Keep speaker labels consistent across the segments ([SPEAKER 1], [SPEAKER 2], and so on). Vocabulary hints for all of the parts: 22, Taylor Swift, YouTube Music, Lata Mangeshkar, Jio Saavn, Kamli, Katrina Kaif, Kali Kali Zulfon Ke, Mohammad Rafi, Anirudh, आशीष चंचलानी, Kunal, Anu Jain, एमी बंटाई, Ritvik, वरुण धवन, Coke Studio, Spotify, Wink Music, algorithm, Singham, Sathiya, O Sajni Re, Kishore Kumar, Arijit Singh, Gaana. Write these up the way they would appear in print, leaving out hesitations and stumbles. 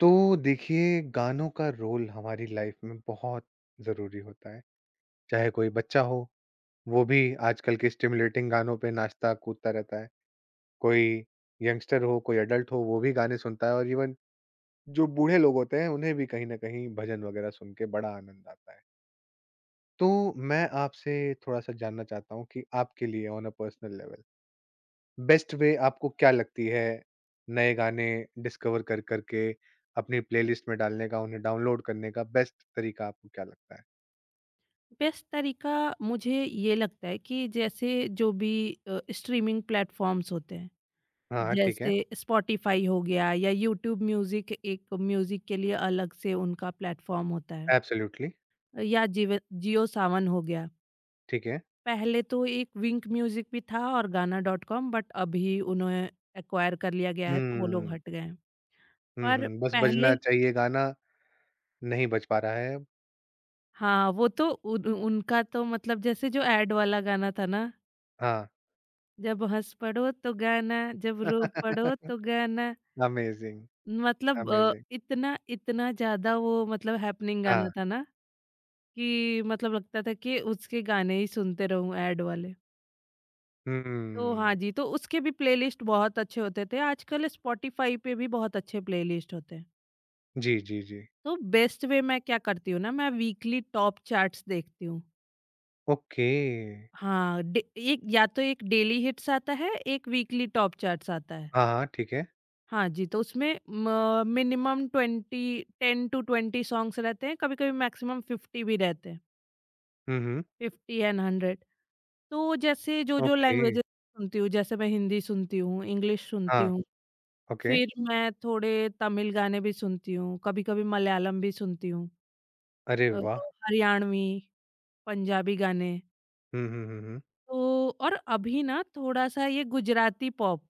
[SPEAKER 1] तो देखिए गानों का role हमारी life में बहुत ज़रूरी होता है। चाहे कोई बच्चा हो, वो भी आजकल के स्टिमुलेटिंग गानों पे नाचता कूदता रहता है। कोई यंगस्टर हो, कोई एडल्ट हो, वो भी गाने सुनता है और इवन जो बूढ़े लोग होते हैं उन्हें भी कहीं न कहीं भजन वगैरह सुन के बड़ा आनंद आता है। तो मैं आपसे थोड़ा-सा जानना चाहता हूँ कि आपके लिए on a personal level best way आपको क्या लगती है नए गाने डिस्कवर कर करके अपनी प्लेलिस्ट में डालने का, उन्हें डाउनलोड करने का बेस्ट तरीका आपको क्या लगता है?
[SPEAKER 2] बेस्ट तरीका मुझे ये लगता है कि जैसे जो भी स्ट्रीमिंग प्लेटफॉर्म्स होते हैं।
[SPEAKER 1] हाँ, हाँ, ठीक है।
[SPEAKER 2] जैसे स्पॉटिफाई हो गया या यूट्यूब म्यूजिक, एक म्यूजिक के लिए अलग से उनका प्लेटफॉर्म होता है,
[SPEAKER 1] एब्सोल्यूटली,
[SPEAKER 2] या जीव जियो सावन हो गया।
[SPEAKER 1] ठीक है।
[SPEAKER 2] पहले तो एक विंक म्यूजिक भी था और गाना डॉट कॉम, बट अभी उन्हें एक्वायर कर लिया गया है तो वो लोग
[SPEAKER 1] हुँ,
[SPEAKER 2] हट गए हैं।
[SPEAKER 1] हुँ,
[SPEAKER 2] पर
[SPEAKER 1] हुँ, बस
[SPEAKER 2] पहले,
[SPEAKER 1] बजना चाहिए गाना, नहीं बज पा रहा है अब।
[SPEAKER 2] हाँ, वो तो उनका तो मतलब जैसे जो एड वाला गाना था ना,
[SPEAKER 1] हाँ।
[SPEAKER 2] जब हँस पड़ो तो गाना, जब रो पड़ो तो गाना।
[SPEAKER 1] अमेज़िंग,
[SPEAKER 2] मतलब
[SPEAKER 1] अमेज़िंग।
[SPEAKER 2] इतना इतना ज़्यादा वो मतलब हैपनिंग
[SPEAKER 1] हाँ,
[SPEAKER 2] गाना था ना कि मतलब लगता था कि उसके गाने ही सुनते रहूँ, ऐड वाले। तो हाँ
[SPEAKER 1] हुँ।
[SPEAKER 2] जी, तो उसके भी प्लेलिस्ट बहुत अच्छे होते थे। आजकल स्पॉटिफ़ाई पे भी बहुत अच्छे प्लेलिस्ट होते हैं।
[SPEAKER 1] जी, जी, जी।
[SPEAKER 2] तो बेस्ट वे मैं क्या करती हूँ ना, मैं वीकली टॉप चार्ट्स देखती हूँ।
[SPEAKER 1] ओके।
[SPEAKER 2] हाँ, डे एक या तो एक डेली हिट्स आता है, एक वीकली टॉप चार्ट्स आता है।
[SPEAKER 1] हाँ, हाँ, ठीक है।
[SPEAKER 2] हाँ जी, तो उसमें म मिनिमम 20 10-20 सॉन्ग्स रहते हैं, कभी-कभी मैक्सिमम 50 भी रहते हैं,
[SPEAKER 1] हुँ, हुँ,
[SPEAKER 2] 50 एंड 100। तो जैसे जो-जो
[SPEAKER 1] ओके।
[SPEAKER 2] लैंग्वेजेज़ सुनती हूँ, जैसे मैं हिंदी सुनती हूँ, इंग्लिश सुनती
[SPEAKER 1] हाँ,
[SPEAKER 2] हूँ,
[SPEAKER 1] ओके।
[SPEAKER 2] फिर मैं थोड़े तमिल गाने भी सुनती हूँ, कभी-कभी मलयालम भी सुनती हूँ,
[SPEAKER 1] अरे
[SPEAKER 2] अ,
[SPEAKER 1] वाह!
[SPEAKER 2] हरियाणवी, पंजाबी गाने।
[SPEAKER 1] हुँ, हुँ, हुँ, हुँ।
[SPEAKER 2] तो और अभी ना थोड़ा-सा ये गुजराती पॉप,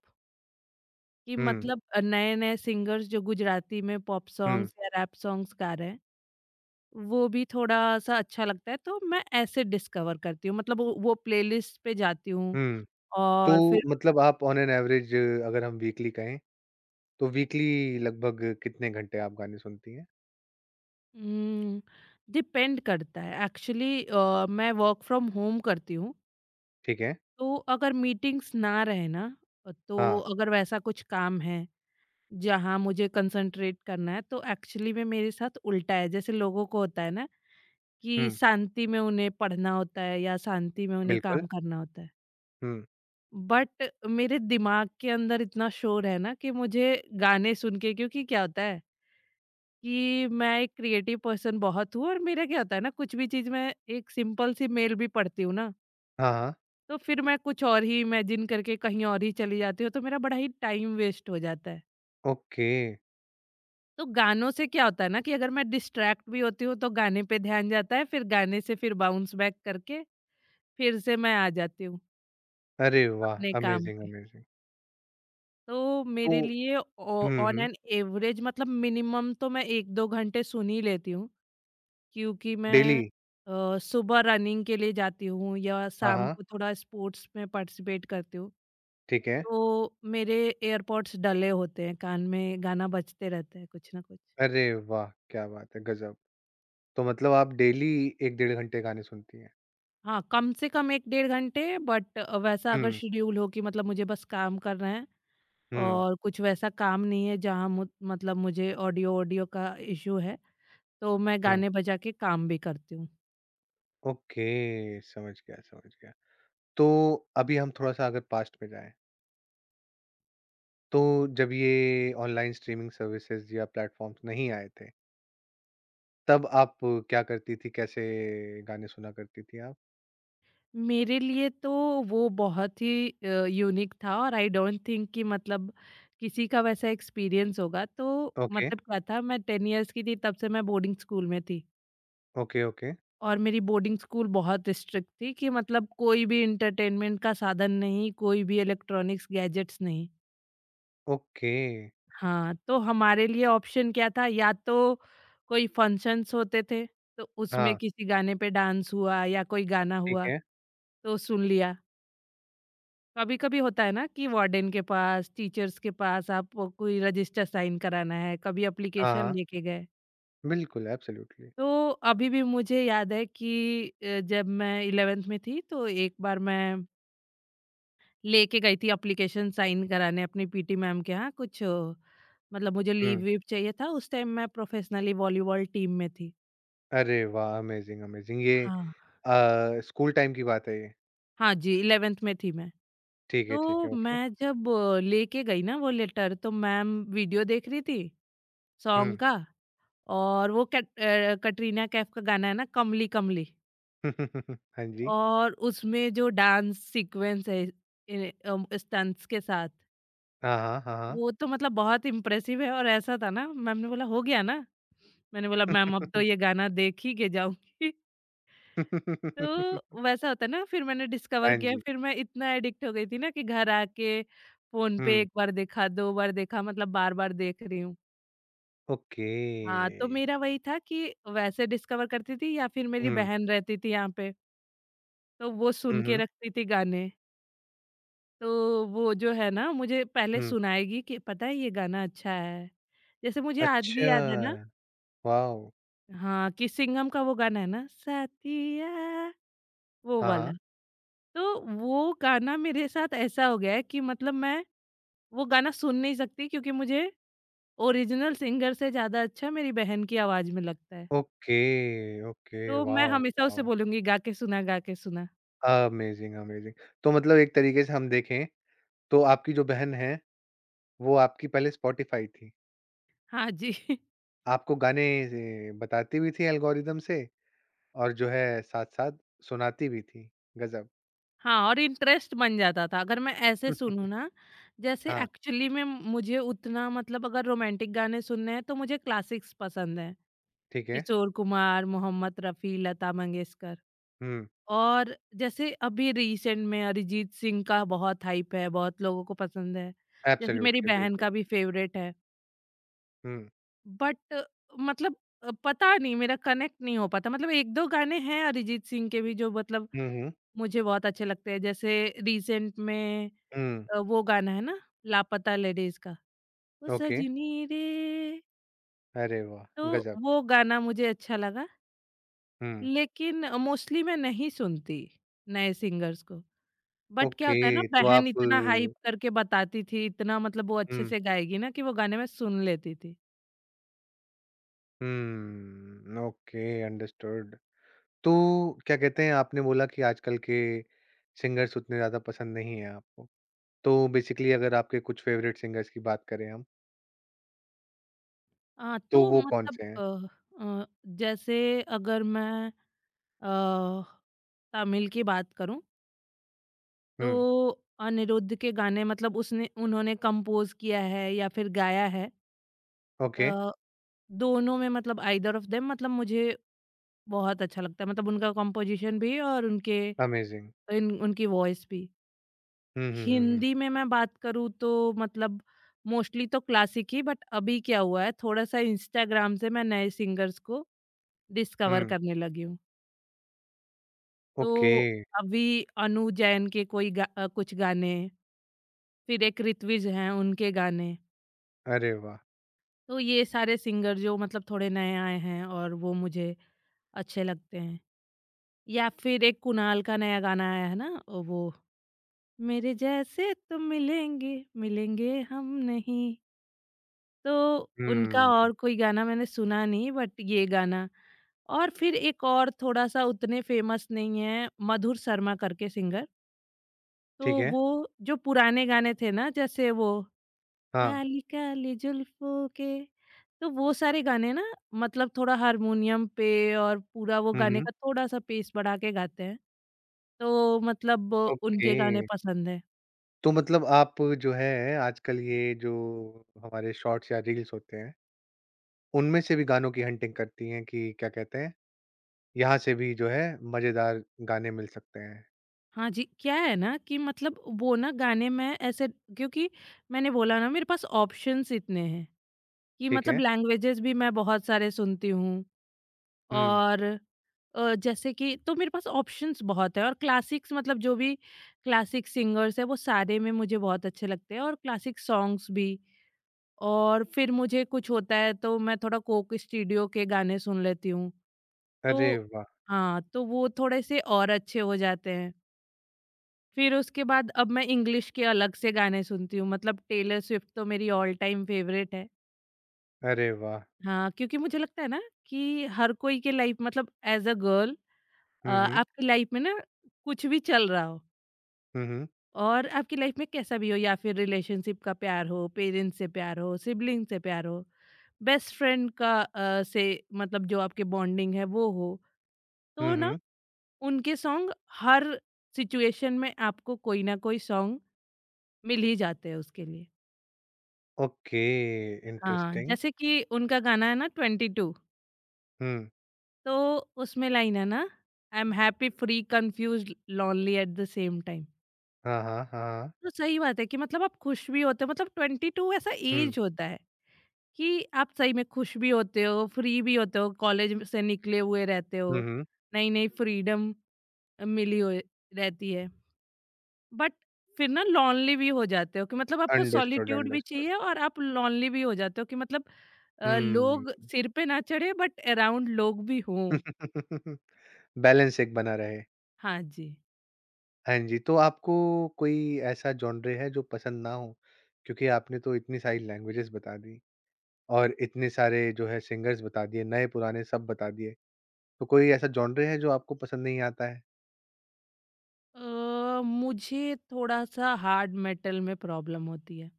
[SPEAKER 2] कि
[SPEAKER 1] हुँ,
[SPEAKER 2] मतलब नए-नए सिंगर्स जो गुजराती में पॉप
[SPEAKER 1] हुँ,
[SPEAKER 2] सॉन्ग्स या रैप सॉन्ग्स गा रहे हैं, वो भी थोड़ा-सा अच्छा लगता है। तो मैं ऐसे डिस्कवर करती हूँ, मतलब वो प्लेलिस्ट पे जाती हूँ
[SPEAKER 1] हुँ। तो
[SPEAKER 2] और फिर
[SPEAKER 1] मतलब आप ऑन एन एवरेज अगर हम वीकली कहें, तो वीकली लगभग कितने घंटे आप गाने सुनती हैं?
[SPEAKER 2] उम, डिपेंड करता है एक्चुअली। मैं वर्क फ्रॉम होम करती हूँ,
[SPEAKER 1] ठीक है।
[SPEAKER 2] तो अगर मीटिंग्स ना रहे ना, तो
[SPEAKER 1] हाँ।
[SPEAKER 2] अगर वैसा कुछ काम है जहाँ मुझे कंसंट्रेट करना है, तो एक्चुअली में मेरे साथ उल्टा है। जैसे लोगों को होता है ना
[SPEAKER 1] हुँ,
[SPEAKER 2] कि शांति में उन्हें पढ़ना होता है या शांति में उन्हें
[SPEAKER 1] बिल्कुल।
[SPEAKER 2] काम करना होता है।
[SPEAKER 1] हुँ।
[SPEAKER 2] बट मेरे दिमाग के अंदर इतना शोर है ना कि मुझे गाने सुन के, क्योंकि क्या होता है कि मैं एक क्रिएटिव पर्सन बहुत हूँ, और मेरा क्या होता है ना, कुछ भी चीज़ मैं एक सिंपल सी मेल भी पढ़ती हूँ ना,
[SPEAKER 1] हाँ, हाँ।
[SPEAKER 2] तो फिर मैं कुछ और ही इमेजिन करके कहीं और ही चली जाती हूँ, तो मेरा बड़ा ही टाइम वेस्ट हो जाता है।
[SPEAKER 1] ओके।
[SPEAKER 2] तो गानों से क्या होता है ना कि अगर मैं डिस्ट्रैक्ट भी होती हूँ तो गाने पे ध्यान जाता है, फिर गाने से फिर बाउंस बैक करके फिर से मैं आ जाती हूँ
[SPEAKER 1] अरे वाह!
[SPEAKER 2] अपने काम।
[SPEAKER 1] Amazing, amazing.
[SPEAKER 2] तो
[SPEAKER 1] तो
[SPEAKER 2] मेरे लिए
[SPEAKER 1] हुँ,
[SPEAKER 2] ऑन
[SPEAKER 1] हुँ।
[SPEAKER 2] एन एवरेज मतलब मिनिमम तो मैं 1-2 घंटे सुन ही लेती हूँ, क्योंकि
[SPEAKER 1] डेली?
[SPEAKER 2] मैं सुबह रनिंग के लिए जाती हूँ या
[SPEAKER 1] हाँ,
[SPEAKER 2] शाम
[SPEAKER 1] हाँ।
[SPEAKER 2] को थोड़ा स्पोर्ट्स में पार्टिसिपेट करती हूँ।
[SPEAKER 1] ठीक है।
[SPEAKER 2] तो मेरे एयरपॉड्स डले होते हैं, कान में गाना बजते रहता है कुछ ना कुछ।
[SPEAKER 1] अरे वाह! क्या बात है, गज़ब! तो मतलब आप डेली 1 डेढ़ घंटे गाने सुनती हैं।
[SPEAKER 2] हाँ, कम से कम 1 डेढ़ घंटे, बट वैसा अगर
[SPEAKER 1] हुँ,
[SPEAKER 2] शेड्यूल हो कि मतलब मुझे बस काम करना है
[SPEAKER 1] हुँ,
[SPEAKER 2] और कुछ वैसा काम नहीं है जहाँ मु मतलब मुझे ऑडियो ऑडियो का इश्यू है, तो मैं
[SPEAKER 1] हुँ।
[SPEAKER 2] गाने बजा के काम भी करती हूँ।
[SPEAKER 1] ओके, समझ गया, समझ गया। तो अभी हम थोड़ा-सा अगर पास्ट में जाएँ तो जब ये ऑनलाइन स्ट्रीमिंग सर्विसेज या प्लेटफॉर्म्स नहीं आए थे, तब आप क्या करती थी? कैसे गाने सुना करती थी आप?
[SPEAKER 2] मेरे लिए तो वो बहुत ही यूनिक था, और आई डोंट थिंक कि मतलब किसी का वैसा एक्सपीरियंस होगा। तो
[SPEAKER 1] ओके,
[SPEAKER 2] मतलब क्या था, मैं 10 इयर्स की थी तब से मैं बोर्डिंग स्कूल में थी,
[SPEAKER 1] ओके, ओके,
[SPEAKER 2] और मेरी बोर्डिंग स्कूल बहुत स्ट्रिक्ट थी कि मतलब कोई भी एंटरटेनमेंट का साधन नहीं, कोई भी इलेक्ट्रॉनिक्स गैजेट्स नहीं।
[SPEAKER 1] ओके।
[SPEAKER 2] हाँ, तो हमारे लिए ऑप्शन क्या था, या तो कोई फंक्शंस होते थे, तो उसमें
[SPEAKER 1] हाँ,
[SPEAKER 2] किसी गाने पे डांस हुआ या कोई गाना
[SPEAKER 1] ठीक
[SPEAKER 2] हुआ,
[SPEAKER 1] है।
[SPEAKER 2] तो सुन लिया। कभी कभी होता है ना कि वार्डन के पास, टीचर्स के पास आप वो कोई रजिस्टर साइन कराना है, कभी
[SPEAKER 1] हाँ,
[SPEAKER 2] एप्लीकेशन
[SPEAKER 1] हाँ।
[SPEAKER 2] लेके गए।
[SPEAKER 1] बिल्कुल, एब्सोल्युटली।
[SPEAKER 2] तो अभी भी मुझे याद है कि जब मैं इलेवेंथ में थी, तो एक बार मैं लेके गई थी एप्लीकेशन साइन कराने अपनी पीटी मैम के यहाँ कुछ। मतलब मुझे लीव
[SPEAKER 1] हुँ।
[SPEAKER 2] वीव चाहिए था, उस टाइम मैं प्रोफेशनली वॉलीबॉल टीम में थी।
[SPEAKER 1] अरे वाह! Amazing, amazing. ये
[SPEAKER 2] हाँ,
[SPEAKER 1] स्कूल टाइम की बात है ये?
[SPEAKER 2] हाँ जी, इलेवेंथ में थी मैं।
[SPEAKER 1] ठीक
[SPEAKER 2] तो
[SPEAKER 1] है, ओके।
[SPEAKER 2] मैं जब लेके गई ना वो लेटर, तो मैम वीडियो देख रही थी
[SPEAKER 1] हुँ।
[SPEAKER 2] सॉन्ग का, और वो कटरीना कैफ का गाना है ना, कमली कमली,
[SPEAKER 1] हाँ जी।
[SPEAKER 2] और उसमें जो डांस सीक्वेंस है स्टंट्स के साथ,
[SPEAKER 1] हाँ, हाँ, हाँ, हाँ।
[SPEAKER 2] वो तो मतलब बहुत इम्प्रेसिव है। और ऐसा था ना, मैम ने बोला हो गया ना, मैंने बोला मैम अब तो ये गाना देख ही के जाऊंगी। तो वैसा होता है ना, फिर मैंने डिस्कवर
[SPEAKER 1] हाँ
[SPEAKER 2] किया,
[SPEAKER 1] जी।
[SPEAKER 2] फिर मैं इतना एडिक्ट हो गई थी ना कि घर आके फोन पे
[SPEAKER 1] हुँ,
[SPEAKER 2] एक बार देखा, दो बार देखा, मतलब बार बार देख रही हूँ।
[SPEAKER 1] ओके।
[SPEAKER 2] हाँ, तो मेरा वही था कि वैसे डिस्कवर करती थी, या फिर मेरी
[SPEAKER 1] हुँ।
[SPEAKER 2] बहन रहती थी यहाँ पे, तो वो
[SPEAKER 1] हुँ,
[SPEAKER 2] सुन के
[SPEAKER 1] हुँ,
[SPEAKER 2] रखती थी गाने। तो वो जो है ना, मुझे पहले
[SPEAKER 1] हुँ।
[SPEAKER 2] सुनाएगी कि पता है ये गाना अच्छा है। जैसे मुझे आज
[SPEAKER 1] अच्छा!
[SPEAKER 2] भी याद है ना,
[SPEAKER 1] वॉव!
[SPEAKER 2] हाँ, कि सिंघम का वो गाना है ना, साथिया, वो
[SPEAKER 1] हाँ,
[SPEAKER 2] वाला।
[SPEAKER 1] हाँ।
[SPEAKER 2] तो वो गाना मेरे साथ ऐसा हो गया है कि मतलब मैं वो गाना सुन नहीं सकती, क्योंकि मुझे ओरिजिनल सिंगर से ज़्यादा अच्छा मेरी बहन की आवाज़ में लगता है।
[SPEAKER 1] Okay, okay.
[SPEAKER 2] तो मैं
[SPEAKER 1] वॉव!
[SPEAKER 2] हमेशा उसे
[SPEAKER 1] वॉव!
[SPEAKER 2] बोलूँगी, गा के सुना, गा के सुना।
[SPEAKER 1] Amazing, amazing. तो मतलब एक तरीके से हम देखें तो आपकी जो बहन है, वो आपकी पहले स्पॉटिफ़ाई थी।
[SPEAKER 2] हाँ जी।
[SPEAKER 1] आपको गाने ये बताती भी थी एल्गोरिदम से और जो है साथ-साथ सुनाती भी थी। गज़ब!
[SPEAKER 2] हाँ, और इंटरेस्ट बन जाता था अगर मैं ऐसे सुनूँ ना। जैसे
[SPEAKER 1] हाँ,
[SPEAKER 2] एक्चुअली में मुझे उतना मतलब अगर रोमांटिक गाने सुनने हैं तो मुझे क्लासिक्स पसंद हैं,
[SPEAKER 1] ठीक है।
[SPEAKER 2] किशोर कुमार, मोहम्मद रफ़ी, लता मंगेशकर।
[SPEAKER 1] हुँ,
[SPEAKER 2] और जैसे अभी रिसेंट में अरिजीत सिंह का बहुत हाइप है, बहुत लोगों को पसंद है, जैसे मेरी
[SPEAKER 1] एब्सोल्यूटली,
[SPEAKER 2] बहन
[SPEAKER 1] बिल्कुल।
[SPEAKER 2] का भी फेवरेट है।
[SPEAKER 1] हुँ,
[SPEAKER 2] बट मतलब पता नहीं, मेरा कनेक्ट नहीं हो पाता, मतलब 1-2 गाने हैं अरिजीत सिंह के भी जो मतलब
[SPEAKER 1] हुँ, हुँ,
[SPEAKER 2] मुझे बहुत अच्छे लगते हैं, जैसे रिसेंट में
[SPEAKER 1] हुँ।
[SPEAKER 2] वो गाना है ना लापता लेडीज का, ओ
[SPEAKER 1] ओके।
[SPEAKER 2] सजनी रे,
[SPEAKER 1] अरे वाह!
[SPEAKER 2] तो
[SPEAKER 1] गज़ब!
[SPEAKER 2] वो गाना मुझे अच्छा लगा।
[SPEAKER 1] हुँ,
[SPEAKER 2] लेकिन मोस्टली मैं नहीं सुनती नए सिंगर्स को। बट क्या
[SPEAKER 1] ओके।
[SPEAKER 2] होता है ना,
[SPEAKER 1] तो आप
[SPEAKER 2] बहन इतना हाइप
[SPEAKER 1] हुँ,
[SPEAKER 2] करके बताती थी, इतना मतलब वो अच्छे
[SPEAKER 1] हुँ।
[SPEAKER 2] से गाएगी ना कि वो गाने मैं सुन लेती थी।
[SPEAKER 1] Okay, understood. तो क्या कहते हैं आपने बोला कि आजकल के सिंगर्स उतने ज़्यादा पसंद नहीं हैं आपको। तो बेसिकली अगर आपके कुछ फ़ेवरेट सिंगर्स की बात करें हम,
[SPEAKER 2] हाँ,
[SPEAKER 1] तो
[SPEAKER 2] तो
[SPEAKER 1] वो
[SPEAKER 2] मतलब
[SPEAKER 1] कौन-से हैं?
[SPEAKER 2] अ, जैसे अगर मैं अ, तमिल की बात करूँ
[SPEAKER 1] हुँ,
[SPEAKER 2] तो अनिरुद्ध के गाने, मतलब उसने, उन्होंने कंपोज़ किया है या फिर गाया है। अ
[SPEAKER 1] ओके,
[SPEAKER 2] दोनों में, मतलब आइदर ऑफ देम, मतलब मुझे बहुत अच्छा लगता है। मतलब उनका कंपोज़िशन भी और उनके
[SPEAKER 1] अमेज़िंग।
[SPEAKER 2] इन उनकी वॉइस भी।
[SPEAKER 1] हुँ, हुँ, हुँ, हुँ।
[SPEAKER 2] हिंदी में मैं बात करूँ तो मतलब मोस्टली तो क्लासिक ही, बट अभी क्या हुआ है, थोड़ा-सा इंस्टाग्राम से मैं नए सिंगर्स को डिस्कवर
[SPEAKER 1] हुँ,
[SPEAKER 2] करने लगी हूँ। तो
[SPEAKER 1] ओके,
[SPEAKER 2] अभी अनु जैन के कोई कुछ गाने, फिर एक ऋत्विज हैं उनके गाने।
[SPEAKER 1] अरे वाह!
[SPEAKER 2] तो ये सारे सिंगर जो मतलब थोड़े नए आए हैं, और वो मुझे अच्छे लगते हैं। या फिर एक कुणाल का नया गाना आया है ना, वो, मेरे जैसे तुम मिलेंगे, मिलेंगे हम नहीं, तो उनका
[SPEAKER 1] हुँ,
[SPEAKER 2] और कोई गाना मैंने सुना नहीं, बट ये गाना। और फिर एक और थोड़ा सा उतने फेमस नहीं है, मधुर शर्मा करके सिंगर,
[SPEAKER 1] ठीक
[SPEAKER 2] तो
[SPEAKER 1] है।
[SPEAKER 2] वो जो पुराने गाने थे ना, जैसे वो
[SPEAKER 1] हाँ,
[SPEAKER 2] काली काली जुल्फों के, तो वो सारे गाने ना, मतलब थोड़ा हारमोनियम पे, और पूरा वो
[SPEAKER 1] हुँ,
[SPEAKER 2] गाने
[SPEAKER 1] हुँ,
[SPEAKER 2] का थोड़ा सा पेस बढ़ा के गाते हैं, तो मतलब
[SPEAKER 1] ओके।
[SPEAKER 2] उनके गाने पसंद है।
[SPEAKER 1] तो मतलब आप जो है आजकल ये जो हमारे शॉर्ट्स या रील्स होते हैं, उनमें से भी गानों की हंटिंग करती हैं कि क्या कहते हैं, यहाँ से भी जो है मज़ेदार गाने मिल सकते हैं,
[SPEAKER 2] हाँ जी, क्या है ना कि मतलब वो ना गाने में ऐसे, क्योंकि मैंने बोला ना, मेरे पास ऑप्शंस इतने हैं कि
[SPEAKER 1] ठीक
[SPEAKER 2] मतलब
[SPEAKER 1] है?
[SPEAKER 2] लैंग्वेजेस भी मैं बहुत सारे सुनती हूँ।
[SPEAKER 1] हुँ।
[SPEAKER 2] और जैसे कि तो मेरे पास ऑप्शंस बहुत है, और क्लासिक्स मतलब जो भी क्लासिक सिंगर्स हैं वो सारे में मुझे बहुत अच्छे लगते हैं, और क्लासिक सॉन्ग्स भी। और फिर मुझे कुछ होता है तो मैं थोड़ा कोक स्टूडियो के गाने सुन लेती हूँ।
[SPEAKER 1] अरे
[SPEAKER 2] तो
[SPEAKER 1] वाह!
[SPEAKER 2] हाँ, तो वो थोड़े से और अच्छे हो जाते हैं। फिर उसके बाद अब मैं इंग्लिश के अलग से गाने सुनती हूँ, मतलब टेलर स्विफ्ट तो मेरी ऑल टाइम फेवरेट है।
[SPEAKER 1] अरे वाह!
[SPEAKER 2] हाँ, क्योंकि मुझे लगता है ना कि हर कोई के लाइफ मतलब एज़ अ गर्ल,
[SPEAKER 1] हुँ, हुँ।
[SPEAKER 2] आपकी लाइफ में ना कुछ भी चल रहा हो,
[SPEAKER 1] हुँ, हुँ।
[SPEAKER 2] और आपकी लाइफ में कैसा भी हो, या फिर रिलेशनशिप का प्यार हो, पेरेंट्स से प्यार हो, सिबलिंग से प्यार हो, बेस्ट फ्रेंड का से मतलब जो आपके बॉन्डिंग है वो हो।
[SPEAKER 1] हुँ,
[SPEAKER 2] तो ना
[SPEAKER 1] हुँ।
[SPEAKER 2] उनके सॉन्ग, हर सिचुएशन में आपको कोई ना कोई सॉन्ग मिल ही जाते हैं उसके लिए।
[SPEAKER 1] ओके,
[SPEAKER 2] हाँ।
[SPEAKER 1] इंटरेस्टिंग।
[SPEAKER 2] जैसे कि उनका गाना है ना 22,
[SPEAKER 1] हुँ।
[SPEAKER 2] तो उसमें लाइन है ना, I am happy, free, confused, lonely at the same time.
[SPEAKER 1] हाँ, हाँ, हाँ, हाँ।
[SPEAKER 2] तो सही बात है कि मतलब आप खुश भी होते हो, मतलब 22 ऐसा
[SPEAKER 1] हुँ।
[SPEAKER 2] ऐज होता है कि आप सही में खुश भी होते हो, फ्री भी होते हो, कॉलेज से निकले हुए रहते
[SPEAKER 1] हुँ,
[SPEAKER 2] हो,
[SPEAKER 1] हुँ।
[SPEAKER 2] नई-नई फ्रीडम मिली हुई रहती है। बट फिर ना लोनली भी हो जाते हो कि मतलब आपको
[SPEAKER 1] अंडरस्टूड,
[SPEAKER 2] सॉलिट्यूड भी
[SPEAKER 1] अंडरस्टूड।
[SPEAKER 2] चाहिए, और आप लोनली भी हो जाते हो कि मतलब
[SPEAKER 1] हुँ।
[SPEAKER 2] लोग सिर पे ना चढ़े, बट अराउंड लोग भी हों।
[SPEAKER 1] बैलेंस एक बना रहे।
[SPEAKER 2] हाँ जी।
[SPEAKER 1] हाँ जी, तो आपको कोई ऐसा जॉनर है जो पसंद ना हो? क्योंकि आपने तो इतनी सारी लैंग्वेजेस बता दी और इतने सारे जो है सिंगर्स बता दिए, नए-पुराने सब बता दिए। तो कोई ऐसा जॉनर है जो आपको पसंद नहीं आता है?
[SPEAKER 2] अ, मुझे थोड़ा-सा हार्ड मेटल में प्रॉब्लम होती है।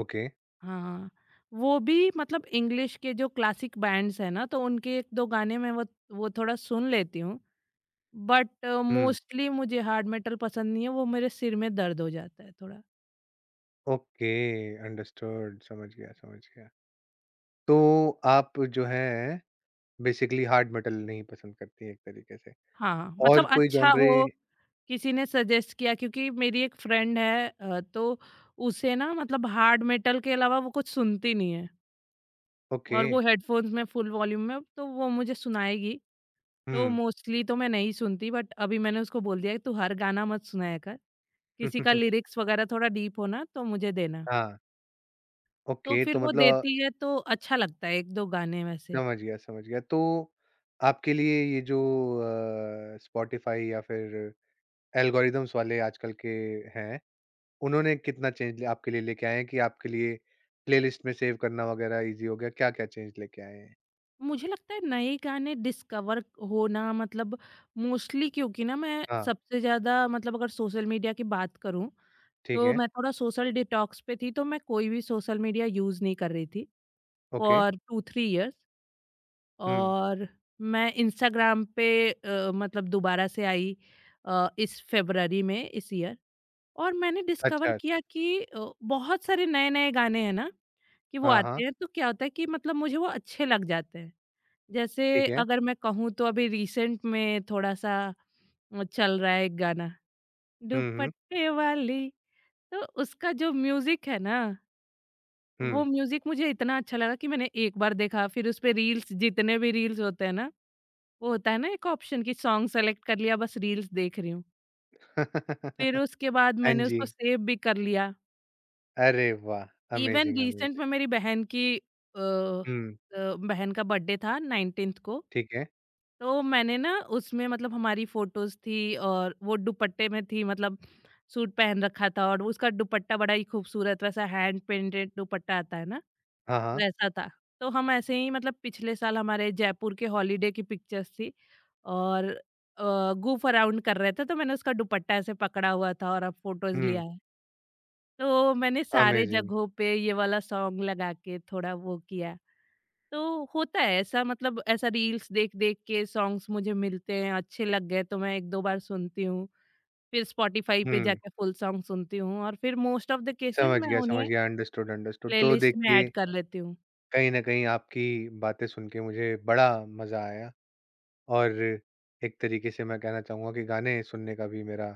[SPEAKER 1] ओके।
[SPEAKER 2] हाँ, वो भी मतलब इंग्लिश के जो क्लासिक बैंड्स हैं ना, तो उनके 1-2 गाने मैं वो थोड़ा सुन लेती हूँ। बट
[SPEAKER 1] हुँ।
[SPEAKER 2] मोस्टली मुझे हार्ड मेटल पसंद नहीं है, वो मेरे सिर में दर्द हो जाता है थोड़ा।
[SPEAKER 1] ओके, अंडरस्टूड, समझ गया, समझ गया। तो आप जो है बेसिकली हार्ड मेटल नहीं पसंद करती एक तरीके से
[SPEAKER 2] हाँ,
[SPEAKER 1] और
[SPEAKER 2] मतलब
[SPEAKER 1] कोई
[SPEAKER 2] अच्छा
[SPEAKER 1] जॉनरे?
[SPEAKER 2] हो, किसी ने सजेस्ट किया, क्योंकि मेरी एक फ्रेंड है तो उसे ना मतलब हार्ड मेटल के अलावा वो कुछ सुनती नहीं है,
[SPEAKER 1] ओके।
[SPEAKER 2] और वो हेडफ़ोन्स में फुल वॉल्यूम में, तो वो मुझे सुनाएगी। तो
[SPEAKER 1] हम्म।
[SPEAKER 2] मोस्टली तो मैं नहीं सुनती, बट अभी मैंने उसको बोल दिया है तू हर गाना मत सुनाया कर, किसी का लिरिक्स वगैरह थोड़ा डीप हो ना तो मुझे देना।
[SPEAKER 1] हाँ,
[SPEAKER 2] तो
[SPEAKER 1] ओके, तो
[SPEAKER 2] फिर वो
[SPEAKER 1] मतलब
[SPEAKER 2] देती है तो अच्छा लगता है 1-2 गाने वैसे।
[SPEAKER 1] समझ गया, समझ गया। तो आपके लिए ये जो स्पॉटिफाई या फिर एल्गोरिदम्स वाले आजकल के हैं, उन्होंने कितना चेंज आपके लिए लेके आए हैं कि आपके लिए प्लेलिस्ट में सेव करना वगैरह इजी हो गया? क्या क्या चेंज लेके आए हैं?
[SPEAKER 2] मुझे लगता है नए गाने डिस्कवर होना, मतलब मोस्टली क्योंकि ना मैं
[SPEAKER 1] हाँ,
[SPEAKER 2] सबसे ज़्यादा मतलब अगर सोशल मीडिया की बात करूँ,
[SPEAKER 1] ठीक
[SPEAKER 2] तो
[SPEAKER 1] है।
[SPEAKER 2] मैं थोड़ा सोशल डिटॉक्स पे थी, तो मैं कोई भी सोशल मीडिया यूज़ नहीं कर रही थी
[SPEAKER 1] okay.
[SPEAKER 2] For two three years.
[SPEAKER 1] हम्म।
[SPEAKER 2] और मैं इंस्टाग्राम पे मतलब दोबारा से आई इस फ़रवरी में, इस ईयर, और मैंने
[SPEAKER 1] अच्छा,
[SPEAKER 2] डिस्कवर
[SPEAKER 1] अच्छा।
[SPEAKER 2] किया कि बहुत सारे नए-नए गाने हैं ना, कि वो
[SPEAKER 1] हाँ, हाँ,
[SPEAKER 2] आते हैं तो क्या होता है कि मतलब मुझे वो अच्छे लग जाते हैं। जैसे
[SPEAKER 1] ठीक है।
[SPEAKER 2] अगर मैं कहूँ, तो अभी रिसेंट में थोड़ा-सा चल रहा है एक गाना,
[SPEAKER 1] हुँ, हुँ,
[SPEAKER 2] दुपट्टे वाली, तो उसका जो म्यूज़िक है ना,
[SPEAKER 1] हुँ।
[SPEAKER 2] वो म्यूज़िक मुझे इतना अच्छा लगा कि मैंने एक बार देखा, फिर उसपे रील्स, जितने भी रील्स होते हैं ना, वो होता है ना एक ऑप्शन कि सॉन्ग सेलेक्ट कर लिया, बस रील्स देख रही हूँ। फिर उसके बाद
[SPEAKER 1] हाँ
[SPEAKER 2] मैंने
[SPEAKER 1] जी।
[SPEAKER 2] उसको सेव भी कर लिया।
[SPEAKER 1] अरे वाह!
[SPEAKER 2] Even
[SPEAKER 1] amazing,
[SPEAKER 2] recent
[SPEAKER 1] amazing.
[SPEAKER 2] में मेरी बहन की अ
[SPEAKER 1] हुँ,
[SPEAKER 2] अ, बहन का बर्थडे था 19th को।
[SPEAKER 1] ठीक है।
[SPEAKER 2] तो मैंने ना उसमें, मतलब हमारी फ़ोटोज़ थी, और वो दुपट्टे में थी, मतलब सूट पहन रखा था और उसका दुपट्टा बड़ा ही खूबसूरत, वैसा हैंड पेंटेड दुपट्टा आता है ना,
[SPEAKER 1] हाँ, हाँ।
[SPEAKER 2] वैसा था। तो हम ऐसे ही, मतलब पिछले साल हमारे जयपुर के हॉलिडे की पिक्चर्स थी और अ, गूफ अराउंड कर रहे थे, तो मैंने उसका दुपट्टा ऐसे पकड़ा हुआ था और अब फ़ोटोज़
[SPEAKER 1] हुँ,
[SPEAKER 2] लिया। तो मैंने सारे
[SPEAKER 1] अमेज़िंग।
[SPEAKER 2] जगहों पे ये वाला सॉन्ग लगा के थोड़ा वो किया। तो होता है ऐसा, मतलब ऐसा रील्स देख-देख के सॉन्ग्स मुझे मिलते हैं, अच्छे लग गए तो मैं 1-2 बार सुनती हूँ। फिर स्पॉटिफ़ाई पे
[SPEAKER 1] हुँ,
[SPEAKER 2] जाके फुल सॉन्ग सुनती हूँ, और फिर मोस्ट ऑफ़ द केसेस
[SPEAKER 1] समझ
[SPEAKER 2] मैं
[SPEAKER 1] गया, समझ
[SPEAKER 2] उन्हें
[SPEAKER 1] गया। Understood, understood. तो
[SPEAKER 2] प्लेलिस्ट में
[SPEAKER 1] देखिए,
[SPEAKER 2] ऐड कर लेती हूँ।
[SPEAKER 1] कहीं न कहीं आपकी बातें सुन के मुझे बड़ा मज़ा आया और एक तरीके से मैं कहना चाहूँगा कि गाने सुनने का भी मेरा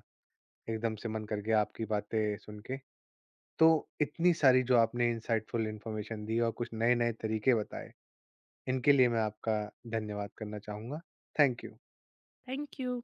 [SPEAKER 1] एकदम से मन कर गया आपकी बातें सुन के। तो इतनी सारी जो आपने इनसाइटफुल इन्फॉर्मेशन दी और कुछ नए-नए तरीके बताए, इनके लिए मैं आपका धन्यवाद करना चाहूँगा। Thank you.
[SPEAKER 2] Thank you.